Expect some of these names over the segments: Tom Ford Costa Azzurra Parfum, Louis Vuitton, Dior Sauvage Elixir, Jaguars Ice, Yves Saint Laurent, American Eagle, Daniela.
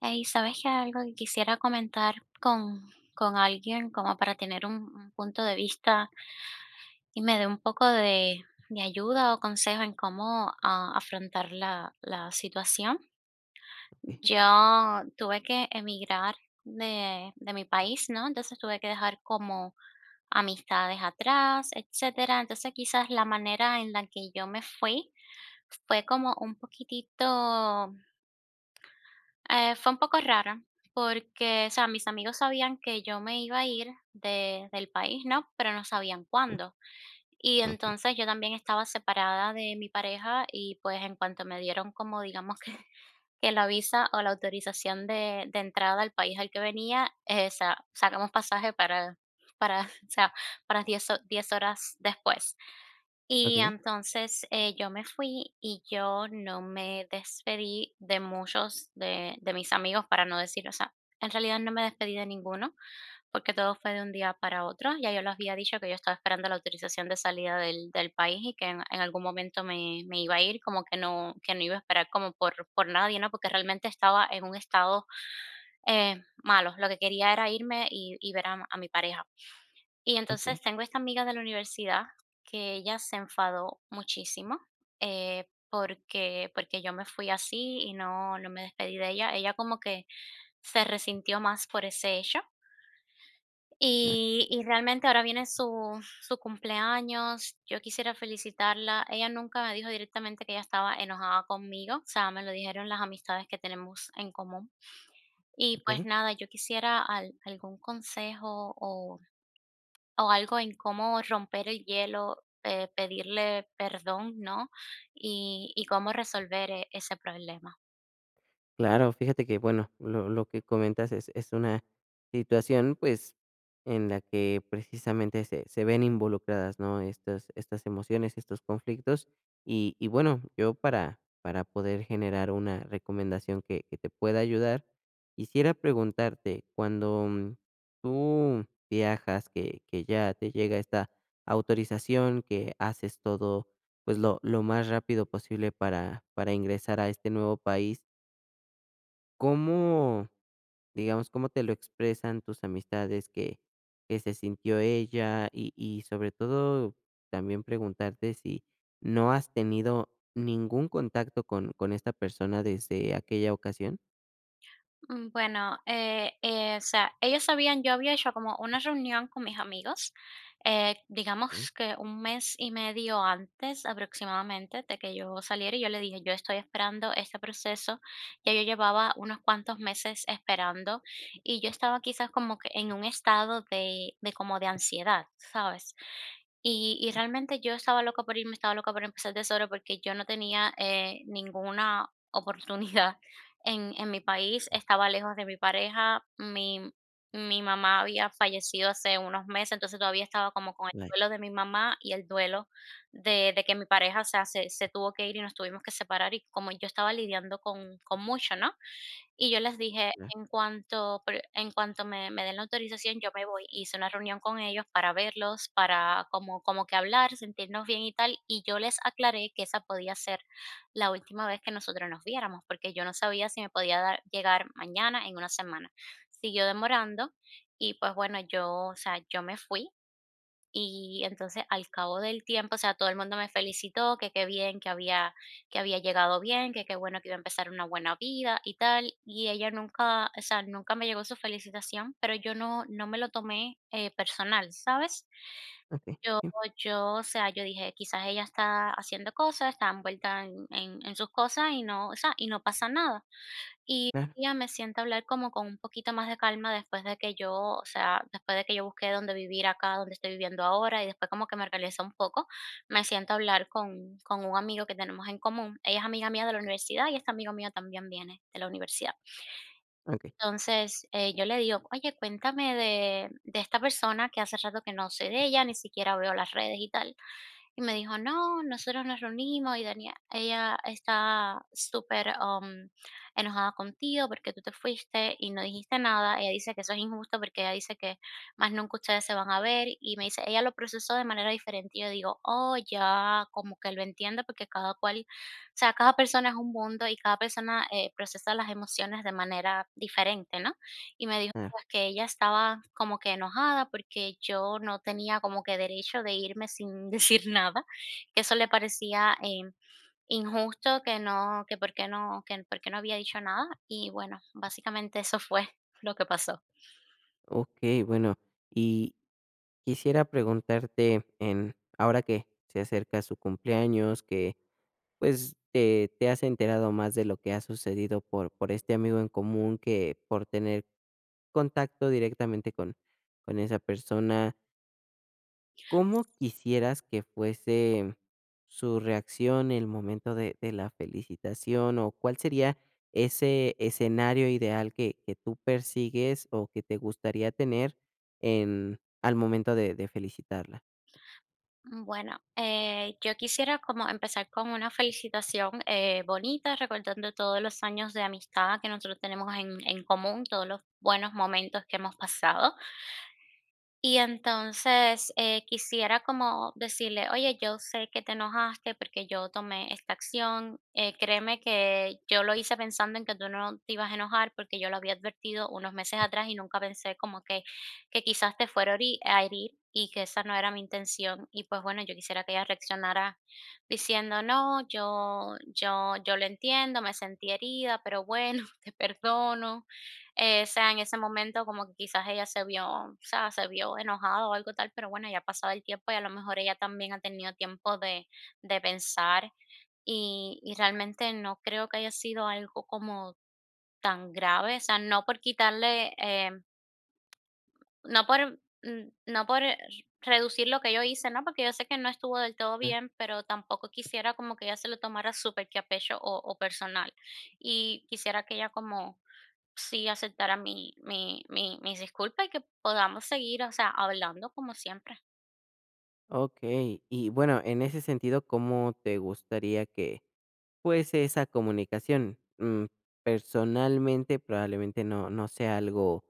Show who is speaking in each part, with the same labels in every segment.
Speaker 1: Ey, ¿sabes? Que Algo que quisiera comentar con, con alguien como para tener un punto de vista y me dé un poco de ayuda o consejo en cómo afrontar la situación. Yo tuve que emigrar de mi país, ¿no? Entonces tuve que dejar como amistades atrás, etcétera. Entonces quizás la manera en la que yo me fui fue como un poquitito, fue un poco rara porque, o sea, mis amigos sabían que yo me iba a ir del país, ¿no? Pero no sabían
Speaker 2: Okey,
Speaker 1: cuándo. Y
Speaker 2: okey,
Speaker 1: entonces yo también estaba separada de mi pareja y pues en cuanto me dieron como digamos que la visa o la autorización de entrada al país al que venía, sacamos pasaje para, o sea, para 10 horas después. Y
Speaker 2: okey,
Speaker 1: entonces, yo me fui y yo no me despedí de muchos de mis amigos, para no decir, o sea, en realidad no me despedí de ninguno, porque todo fue de un día para otro. Ya yo les había dicho que yo estaba esperando la autorización de salida del país y que en algún momento me iba a ir, como que no, que no iba a esperar como por nadie, ¿no? Porque realmente estaba en un estado, eh, malo. Lo que quería era irme y ver a mi pareja. Y
Speaker 2: okey,
Speaker 1: entonces tengo esta amiga de la universidad que ella se enfadó muchísimo, porque yo me fui así y no me despedí de ella. Ella como que se resintió más por ese hecho.
Speaker 2: claro,
Speaker 1: Y realmente ahora viene su cumpleaños, yo quisiera felicitarla. Ella nunca me dijo directamente que ella estaba enojada conmigo, o sea, me lo dijeron las amistades que tenemos en común. Y pues
Speaker 2: okey.
Speaker 1: nada, yo quisiera al algún consejo o algo en cómo romper el hielo, pedirle perdón, ¿no? Y cómo resolver ese problema.
Speaker 2: Claro, fíjate que, bueno, lo que comentas es una situación, pues, en la que precisamente se ven involucradas, ¿no? Estas emociones, estos conflictos. Y bueno, yo para poder generar una recomendación que te pueda ayudar, quisiera preguntarte, cuando, tú viajas, que ya te llega esta autorización, que haces todo, pues, lo más rápido posible para ingresar a este nuevo país. ¿Cómo, digamos, cómo te lo expresan tus amistades que se sintió ella? Y sobre todo, también preguntarte si no has tenido ningún contacto con esta persona desde aquella ocasión.
Speaker 1: Bueno, o sea, ellos sabían, yo había hecho como una reunión con mis amigos,
Speaker 2: Ok.
Speaker 1: digamos que un mes y medio antes aproximadamente de que yo saliera, y yo le dije, yo estoy esperando este proceso, ya yo llevaba unos cuantos meses esperando, y yo estaba quizás como que en un estado de como de ansiedad, ¿sabes? Y realmente yo estaba loca por irme, estaba loca por empezar de cero porque yo no tenía ninguna oportunidad en mi país, estaba lejos de mi pareja, mi mamá había fallecido hace unos meses, entonces todavía estaba como con el
Speaker 2: Vale,
Speaker 1: duelo de mi mamá y el duelo de que mi pareja, o sea, se tuvo que ir y nos tuvimos que separar, y como yo estaba lidiando con mucho, ¿no? Y yo les dije:
Speaker 2: claro,
Speaker 1: "En cuanto me den la autorización, yo me voy". Hice una reunión con ellos para verlos, para como que hablar, sentirnos bien y tal, y yo les aclaré que esa podía ser la última vez que nosotros nos viéramos, porque yo no sabía si me podía dar, llegar mañana en una semana. Siguió demorando y pues bueno, yo, o sea, yo me fui y entonces al cabo del tiempo, o sea, todo el mundo me felicitó, que qué bien, que había llegado bien, que qué bueno que iba a empezar una buena vida y tal. Y ella nunca, o sea, nunca me llegó su felicitación, pero yo no, no me lo tomé personal, ¿sabes?
Speaker 2: ok,
Speaker 1: Yo
Speaker 2: sí,
Speaker 1: yo, o sea, yo dije: "Quizás ella está haciendo cosas, está envuelta en sus cosas y no, o sea, y no pasa nada". Y
Speaker 2: claro,
Speaker 1: ella me sienta a hablar como con un poquito más de calma después de que yo, o sea, después de que yo busqué dónde vivir acá, donde estoy viviendo ahora, y después como que me organicé un poco, me siento a hablar con un amigo que tenemos en común. Ella es amiga mía de la universidad y este amigo mío también viene de la universidad.
Speaker 2: ok,
Speaker 1: Entonces, yo le digo: "Oye, cuéntame de esta persona que hace rato que no sé de ella, ni siquiera veo las redes y tal". Y me dijo, no, nosotros nos reunimos y Daniela, ella está súper enojada contigo porque tú te fuiste y no dijiste nada. Ella dice que eso es injusto porque ella dice que más nunca ustedes se van a ver. Y me dice, ella lo procesó de manera diferente. Y yo digo, oh, ya, como que lo entiendo porque cada cual, o sea, cada persona es un mundo y cada persona procesa las emociones de manera diferente, ¿no? Y me dijo,
Speaker 2: claro,
Speaker 1: pues, que ella estaba como que enojada porque yo no tenía como que derecho de irme sin decir nada, que eso le parecía injusto, que no, que por qué no había dicho nada. Y bueno, básicamente eso fue lo que pasó.
Speaker 2: ok, bueno, y quisiera preguntarte en ahora que se acerca su cumpleaños, que, pues, te has enterado más de lo que ha sucedido por este amigo en común que por tener contacto directamente con esa persona. ¿Cómo quisieras que fuese su reacción en el momento de la felicitación, o cuál sería ese escenario ideal que tú persigues o que te gustaría tener en al momento de felicitarla?
Speaker 1: Bueno, yo quisiera como empezar con una felicitación bonita, recordando todos los años de amistad que nosotros tenemos en común, todos los buenos momentos que hemos pasado. Y entonces, quisiera como decirle: "Oye, yo sé que te enojaste porque yo tomé esta acción, créeme que yo lo hice pensando en que tú no te ibas a enojar, porque yo lo había advertido unos meses atrás y nunca pensé como que quizás te fuera a herir y que esa no era mi intención". Y, pues, bueno, yo quisiera que ella reaccionara diciendo: "No, yo lo entiendo, me sentí herida, pero bueno, te perdono". O sea, en ese momento como que quizás ella se vio, o sea, se vio enojada o algo tal, pero bueno, ya ha pasado el tiempo y a lo mejor ella también ha tenido tiempo de pensar y realmente no creo que haya sido algo como tan grave, o sea, no por quitarle, no por, no por, reducir lo que yo hice, ¿no? Porque yo sé que no estuvo del todo bien, pero tampoco quisiera como que ella se lo tomara súper que a pecho o personal. Y quisiera que ella como sí aceptara mis disculpas y que podamos seguir, o sea, hablando como siempre.
Speaker 2: Okey. Y bueno, en ese sentido, ¿cómo te gustaría que fuese esa comunicación? Personalmente, probablemente no sea algo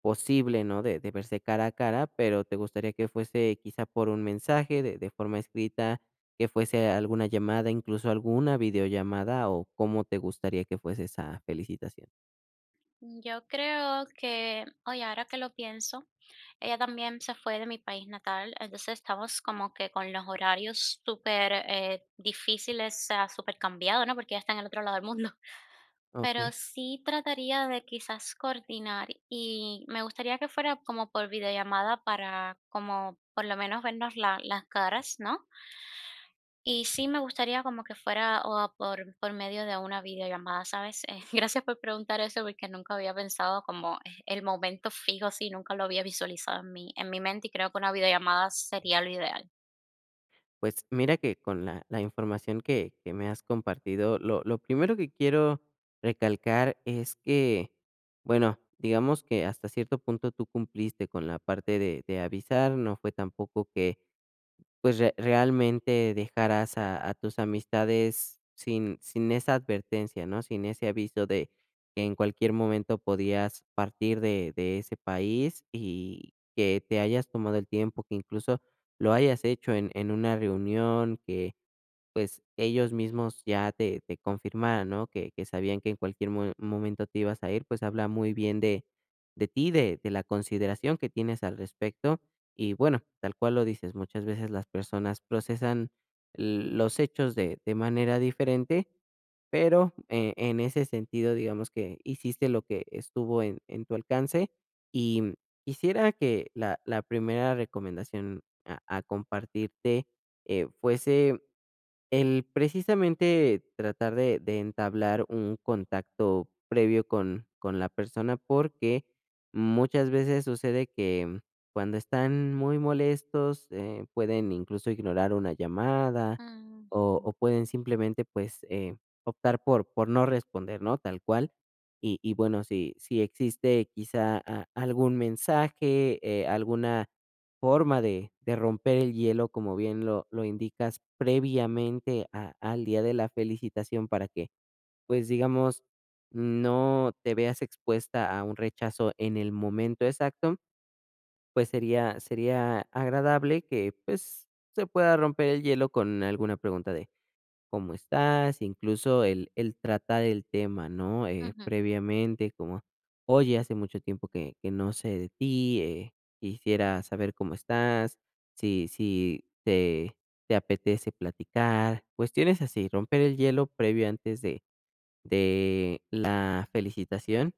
Speaker 2: posible, ¿no? De verse cara a cara, pero ¿te gustaría que fuese quizá por un mensaje de forma escrita, que fuese alguna llamada, incluso alguna videollamada, o cómo te gustaría que fuese esa felicitación?
Speaker 1: Yo creo que, oye, ahora que lo pienso, ella también se fue de mi país natal, entonces estamos como que con los horarios súper difíciles, o sea, súper cambiados, ¿no? Porque ella está en el otro lado del mundo. Pero
Speaker 2: Okey.
Speaker 1: sí trataría de quizás coordinar y me gustaría que fuera como por videollamada para como por lo menos vernos las caras, ¿no? Y sí me gustaría como que fuera o por medio de una videollamada, ¿sabes? Gracias por preguntar eso porque nunca había pensado como el momento fijo, sí, nunca lo había visualizado en mi mente y creo que una videollamada sería lo ideal.
Speaker 2: Pues mira que con la, la información que me has compartido, lo primero que quiero recalcar es que, bueno, digamos que hasta cierto punto tú cumpliste con la parte de avisar, no fue tampoco que pues, re realmente dejarás a tus amistades sin esa advertencia, ¿no? Sin ese aviso de que en cualquier momento podías partir de ese país y que te hayas tomado el tiempo, que incluso lo hayas hecho en una reunión, que pues, ellos mismos ya te confirmaran, ¿no? Que sabían que en cualquier mo momento te ibas a ir, pues, habla muy bien de ti, de la consideración que tienes al respecto. Y bueno, tal cual lo dices, muchas veces las personas procesan los hechos de manera diferente, pero, en ese sentido, digamos que hiciste lo que estuvo en tu alcance. Y quisiera que la primera recomendación a compartirte, fuese el precisamente tratar de entablar un contacto previo con la persona, porque muchas veces sucede que cuando están muy molestos, pueden incluso ignorar una llamada
Speaker 1: Mm,
Speaker 2: o pueden simplemente, pues, optar por no responder, ¿no?, tal cual. Y bueno, si existe quizá a algún mensaje, alguna forma de romper el hielo, como bien lo indicas, previamente a al día de la felicitación para que, pues, digamos, no te veas expuesta a un rechazo en el momento exacto, pues, sería agradable que, pues, se pueda romper el hielo con alguna pregunta de cómo estás, incluso el tratar el tema, ¿no?
Speaker 1: ujú,
Speaker 2: Previamente, como, oye, hace mucho tiempo que no sé de ti, quisiera saber cómo estás, si, si te, te apetece platicar, cuestiones así, romper el hielo previo antes de la felicitación.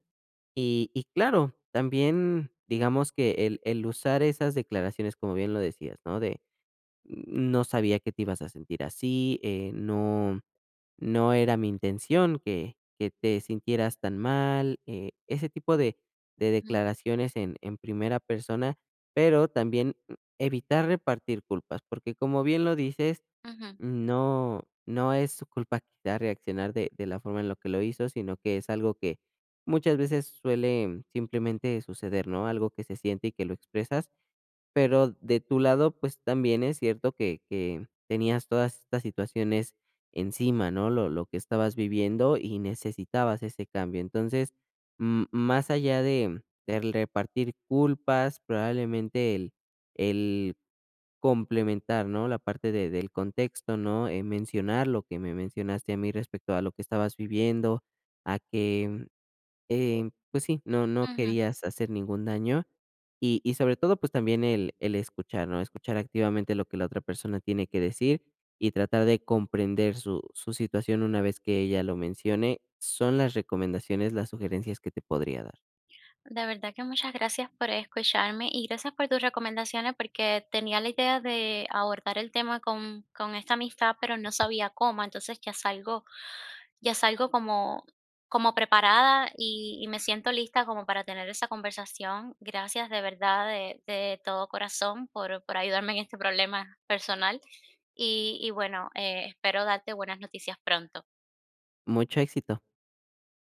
Speaker 2: Y claro, también digamos que el usar esas declaraciones, como bien lo decías, ¿no? De no sabía que te ibas a sentir así, no no era mi intención que te sintieras tan mal, ese tipo de
Speaker 1: ujú,
Speaker 2: declaraciones en primera persona, pero también evitar repartir culpas, porque como bien lo dices,
Speaker 1: ujú,
Speaker 2: no es su culpa quizá reaccionar de la forma en lo que lo hizo, sino que es algo que muchas veces suele simplemente suceder, ¿no? Algo que se siente y que lo expresas. Pero de tu lado, pues también es cierto que tenías todas estas situaciones encima, ¿no? Lo que estabas viviendo y necesitabas ese cambio. Entonces, m más allá de del repartir culpas, probablemente el complementar, ¿no? La parte de del contexto, ¿no? Mencionar lo que me mencionaste a mí respecto a lo que estabas viviendo, a que pues sí, no
Speaker 1: ujú.
Speaker 2: querías hacer ningún daño; y sobre todo, pues también el escuchar, ¿no? Escuchar activamente lo que la otra persona tiene que decir y tratar de comprender su su situación una vez que ella lo mencione, son las recomendaciones, las sugerencias que te podría dar.
Speaker 1: De verdad que muchas gracias por escucharme y gracias por tus recomendaciones porque tenía la idea de abordar el tema con esta amistad, pero no sabía cómo, entonces ya salgo, ya salgo como, como preparada y me siento lista como para tener esa conversación. Gracias de verdad de todo corazón por ayudarme en este problema personal y bueno, espero darte buenas noticias pronto.
Speaker 2: Mucho éxito.